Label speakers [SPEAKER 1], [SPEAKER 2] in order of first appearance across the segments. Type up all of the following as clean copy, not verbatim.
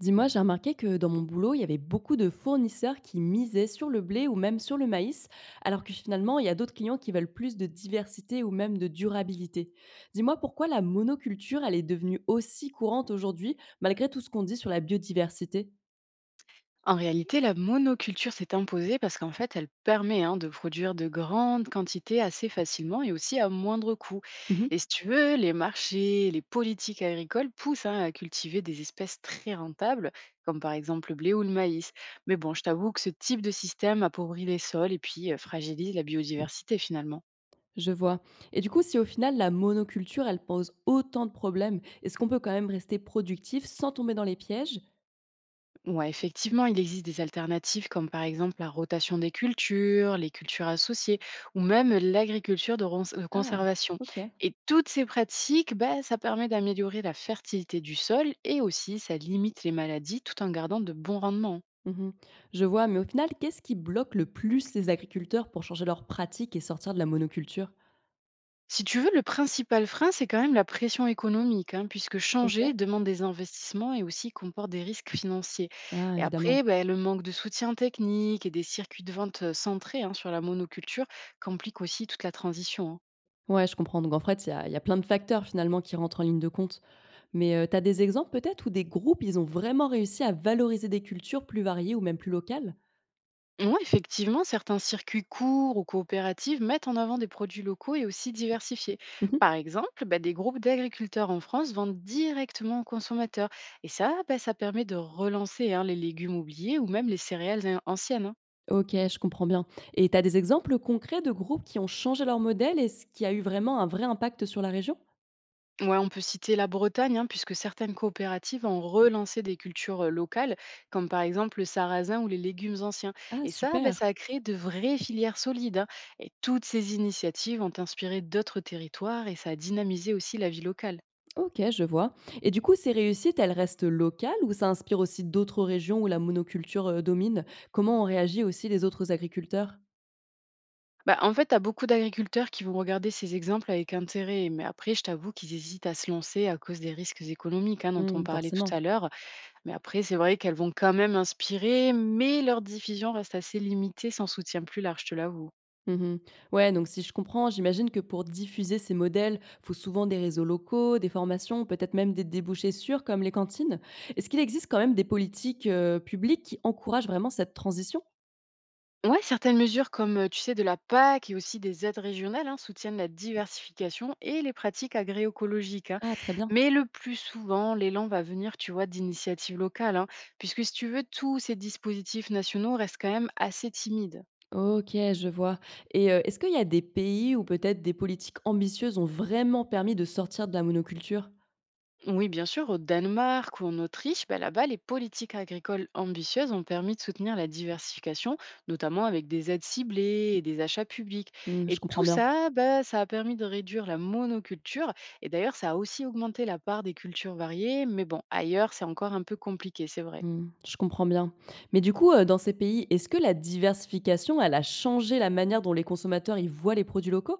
[SPEAKER 1] Dis-moi, j'ai remarqué que dans mon boulot, il y avait beaucoup de fournisseurs qui misaient sur le blé ou même sur le maïs, alors que finalement, il y a d'autres clients qui veulent plus de diversité ou même de durabilité. Dis-moi pourquoi la monoculture, elle est devenue aussi courante aujourd'hui, malgré tout ce qu'on dit sur la biodiversité.
[SPEAKER 2] En réalité, la monoculture s'est imposée parce qu'en fait, elle permet hein, de produire de grandes quantités assez facilement et aussi à moindre coût.
[SPEAKER 1] Mhm.
[SPEAKER 2] Et si tu veux, les marchés, les politiques agricoles poussent hein, à cultiver des espèces très rentables, comme par exemple le blé ou le maïs. Mais bon, je t'avoue que ce type de système appauvrit les sols et puis fragilise la biodiversité finalement.
[SPEAKER 1] Je vois. Et du coup, si au final, la monoculture, elle pose autant de problèmes, est-ce qu'on peut quand même rester productif sans tomber dans les pièges?
[SPEAKER 2] Ouais, effectivement, il existe des alternatives comme par exemple la rotation des cultures, les cultures associées ou même l'agriculture de
[SPEAKER 1] Ah,
[SPEAKER 2] conservation.
[SPEAKER 1] ok.
[SPEAKER 2] Et toutes ces pratiques, bah, ça permet d'améliorer la fertilité du sol et aussi ça limite les maladies tout en gardant de bons rendements, hein.
[SPEAKER 1] Mmh. Je vois, mais au final, qu'est-ce qui bloque le plus les agriculteurs pour changer leurs pratiques et sortir de la monoculture?
[SPEAKER 2] Si tu veux, le principal frein, c'est quand même la pression économique, hein, puisque
[SPEAKER 1] Ok.
[SPEAKER 2] changer demande des investissements et aussi comporte des risques financiers.
[SPEAKER 1] Ah,
[SPEAKER 2] Et
[SPEAKER 1] évidemment.
[SPEAKER 2] après, ben, le manque de soutien technique et des circuits de vente centrés hein, sur la monoculture complique aussi toute la transition, hein.
[SPEAKER 1] Ouais, je comprends. Donc en fait, il y a plein de facteurs finalement qui rentrent en ligne de compte. Mais, tu as des exemples peut-être où des groupes, ils ont vraiment réussi à valoriser des cultures plus variées ou même plus locales?
[SPEAKER 2] Ouais, effectivement, certains circuits courts ou coopératives mettent en avant des produits locaux et aussi diversifiés.
[SPEAKER 1] Mmh.
[SPEAKER 2] Par exemple, ben, des groupes d'agriculteurs en France vendent directement aux consommateurs. Et ça, ben, ça permet de relancer hein, les légumes oubliés ou même les céréales anciennes, hein.
[SPEAKER 1] OK, je comprends bien. Et tu as des exemples concrets de groupes qui ont changé leur modèle et ce qui a eu vraiment un vrai impact sur la région?
[SPEAKER 2] Ouais, on peut citer la Bretagne, hein, puisque certaines coopératives ont relancé des cultures locales, comme par exemple le sarrasin ou les légumes anciens.
[SPEAKER 1] Ah
[SPEAKER 2] Et ça, bah,
[SPEAKER 1] super!
[SPEAKER 2] ça a créé de vraies filières solides, hein. Et toutes ces initiatives ont inspiré d'autres territoires et ça a dynamisé aussi la vie locale.
[SPEAKER 1] OK, je vois. Et du coup, ces réussites, elles restent locales ou ça inspire aussi d'autres régions où la monoculture domine? Comment ont réagi aussi les autres agriculteurs?
[SPEAKER 2] Bah, en fait, tu as beaucoup d'agriculteurs qui vont regarder ces exemples avec intérêt, mais après, je t'avoue qu'ils hésitent à se lancer à cause des risques économiques hein, dont on
[SPEAKER 1] Hmm,
[SPEAKER 2] parlait
[SPEAKER 1] forcément.
[SPEAKER 2] tout à l'heure. Mais après, c'est vrai qu'elles vont quand même inspirer, mais leur diffusion reste assez limitée sans soutien plus large, je te l'avoue.
[SPEAKER 1] Mhm. Ouais, donc si je comprends, j'imagine que pour diffuser ces modèles, faut souvent des réseaux locaux, des formations, peut-être même des débouchés sûrs comme les cantines. Est-ce qu'il existe quand même des politiques publiques qui encouragent vraiment cette transition?
[SPEAKER 2] Ouais, certaines mesures comme, tu sais, de la PAC et aussi des aides régionales hein, soutiennent la diversification et les pratiques agroécologiques, hein.
[SPEAKER 1] Ah, très bien.
[SPEAKER 2] Mais le plus souvent, l'élan va venir, tu vois, d'initiatives locales, hein, puisque si tu veux, tous ces dispositifs nationaux restent quand même assez timides.
[SPEAKER 1] Ok, je vois. Et est-ce qu'il y a des pays où peut-être des politiques ambitieuses ont vraiment permis de sortir de la monoculture?
[SPEAKER 2] Oui, bien sûr, au Danemark ou en Autriche, bah, là-bas, les politiques agricoles ambitieuses ont permis de soutenir la diversification, notamment avec des aides ciblées et des achats publics.
[SPEAKER 1] Mmh,
[SPEAKER 2] Et
[SPEAKER 1] je comprends
[SPEAKER 2] tout
[SPEAKER 1] bien.
[SPEAKER 2] ça, bah, ça a permis de réduire la monoculture. Et d'ailleurs, ça a aussi augmenté la part des cultures variées, mais bon, ailleurs, c'est encore un peu compliqué, c'est vrai.
[SPEAKER 1] Mmh, je comprends bien. Mais du coup, dans ces pays, est-ce que la diversification, elle a changé la manière dont les consommateurs, ils voient les produits locaux?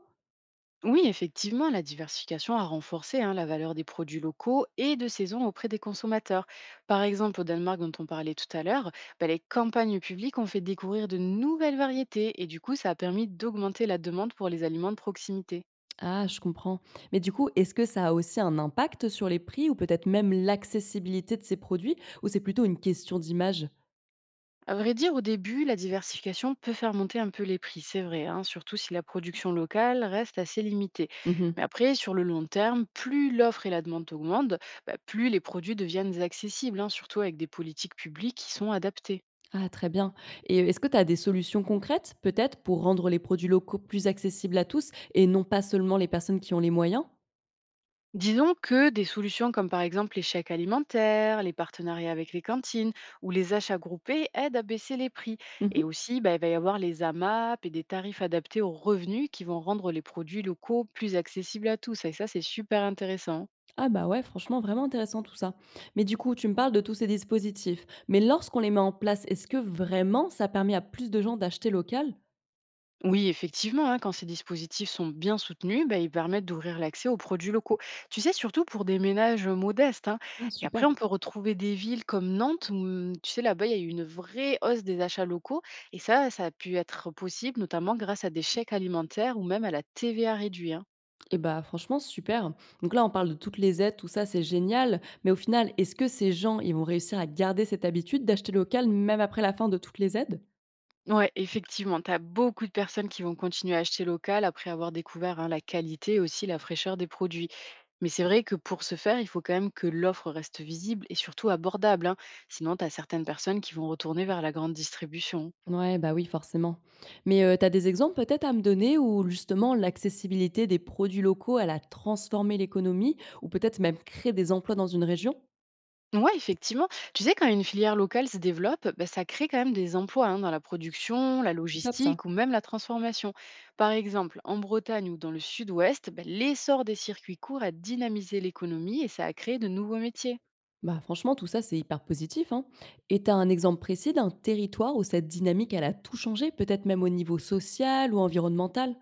[SPEAKER 2] Oui, effectivement, la diversification a renforcé hein, la valeur des produits locaux et de saison auprès des consommateurs. Par exemple, au Danemark, dont on parlait tout à l'heure, bah, les campagnes publiques ont fait découvrir de nouvelles variétés et du coup, ça a permis d'augmenter la demande pour les aliments de proximité.
[SPEAKER 1] Ah, je comprends. Mais du coup, est-ce que ça a aussi un impact sur les prix ou peut-être même l'accessibilité de ces produits? Ou c'est plutôt une question d'image?
[SPEAKER 2] À vrai dire, au début, la diversification peut faire monter un peu les prix, c'est vrai, hein, surtout si la production locale reste assez limitée.
[SPEAKER 1] Mmh.
[SPEAKER 2] Mais après, sur le long terme, plus l'offre et la demande augmentent, bah, plus les produits deviennent accessibles, hein, surtout avec des politiques publiques qui sont adaptées.
[SPEAKER 1] Ah, très bien. Et est-ce que tu as des solutions concrètes, peut-être, pour rendre les produits locaux plus accessibles à tous et non pas seulement les personnes qui ont les moyens?
[SPEAKER 2] Disons que des solutions comme par exemple les chèques alimentaires, les partenariats avec les cantines ou les achats groupés aident à baisser les prix.
[SPEAKER 1] Mmh.
[SPEAKER 2] Et aussi, bah, il va y avoir les AMAP et des tarifs adaptés aux revenus qui vont rendre les produits locaux plus accessibles à tous. Et ça, c'est super intéressant.
[SPEAKER 1] Ah bah ouais, franchement, vraiment intéressant tout ça. Mais du coup, tu me parles de tous ces dispositifs. Mais lorsqu'on les met en place, est-ce que vraiment ça permet à plus de gens d'acheter local?
[SPEAKER 2] Oui, effectivement, hein, quand ces dispositifs sont bien soutenus, bah, ils permettent d'ouvrir l'accès aux produits locaux. Tu sais, surtout pour des ménages modestes, hein.
[SPEAKER 1] Ah
[SPEAKER 2] Et après,
[SPEAKER 1] super.
[SPEAKER 2] on peut retrouver des villes comme Nantes où, tu sais, là-bas, il y a eu une vraie hausse des achats locaux. Et ça a pu être possible, notamment grâce à des chèques alimentaires ou même à la TVA réduite, hein.
[SPEAKER 1] Et bah franchement, super. Donc là, on parle de toutes les aides, tout ça, c'est génial. Mais au final, est-ce que ces gens, ils vont réussir à garder cette habitude d'acheter local même après la fin de toutes les aides?
[SPEAKER 2] Ouais, effectivement, tu as beaucoup de personnes qui vont continuer à acheter local après avoir découvert hein, la qualité et aussi la fraîcheur des produits. Mais c'est vrai que pour ce faire, il faut quand même que l'offre reste visible et surtout abordable, hein. Sinon, tu as certaines personnes qui vont retourner vers la grande distribution.
[SPEAKER 1] Ouais, bah oui, forcément. Mais t'as des exemples peut-être à me donner où justement l'accessibilité des produits locaux, elle a transformé l'économie ou peut-être même créé des emplois dans une région?
[SPEAKER 2] Ouais, effectivement. Tu sais, quand une filière locale se développe, bah, ça crée quand même des emplois hein, dans la production, la
[SPEAKER 1] C'est top ça.
[SPEAKER 2] logistique ou même la transformation. Par exemple, en Bretagne ou dans le sud-ouest, bah, l'essor des circuits courts a dynamisé l'économie et ça a créé de nouveaux métiers.
[SPEAKER 1] Bah, franchement, tout ça, c'est hyper positif, hein. Et tu as un exemple précis d'un territoire où cette dynamique, elle a tout changé, peut-être même au niveau social ou environnemental?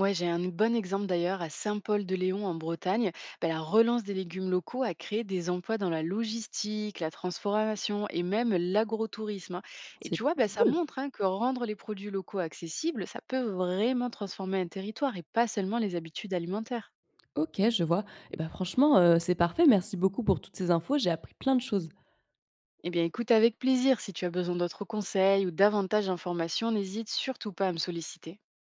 [SPEAKER 2] Ouais, j'ai un bon exemple d'ailleurs à Saint-Paul-de-Léon en Bretagne. Ben, la relance des légumes locaux a créé des emplois dans la logistique, la transformation et même l'agrotourisme, hein. Et
[SPEAKER 1] C'est
[SPEAKER 2] tu vois, ben,
[SPEAKER 1] c'est
[SPEAKER 2] ça
[SPEAKER 1] cool.
[SPEAKER 2] montre hein, que rendre les produits locaux accessibles, ça peut vraiment transformer un territoire et pas seulement les habitudes alimentaires.
[SPEAKER 1] OK, je vois. Et bah, franchement, c'est parfait. Merci beaucoup pour toutes ces infos. J'ai appris plein de choses.
[SPEAKER 2] Eh bien, écoute avec plaisir. Si tu as besoin d'autres conseils ou davantage d'informations, n'hésite surtout pas à me solliciter.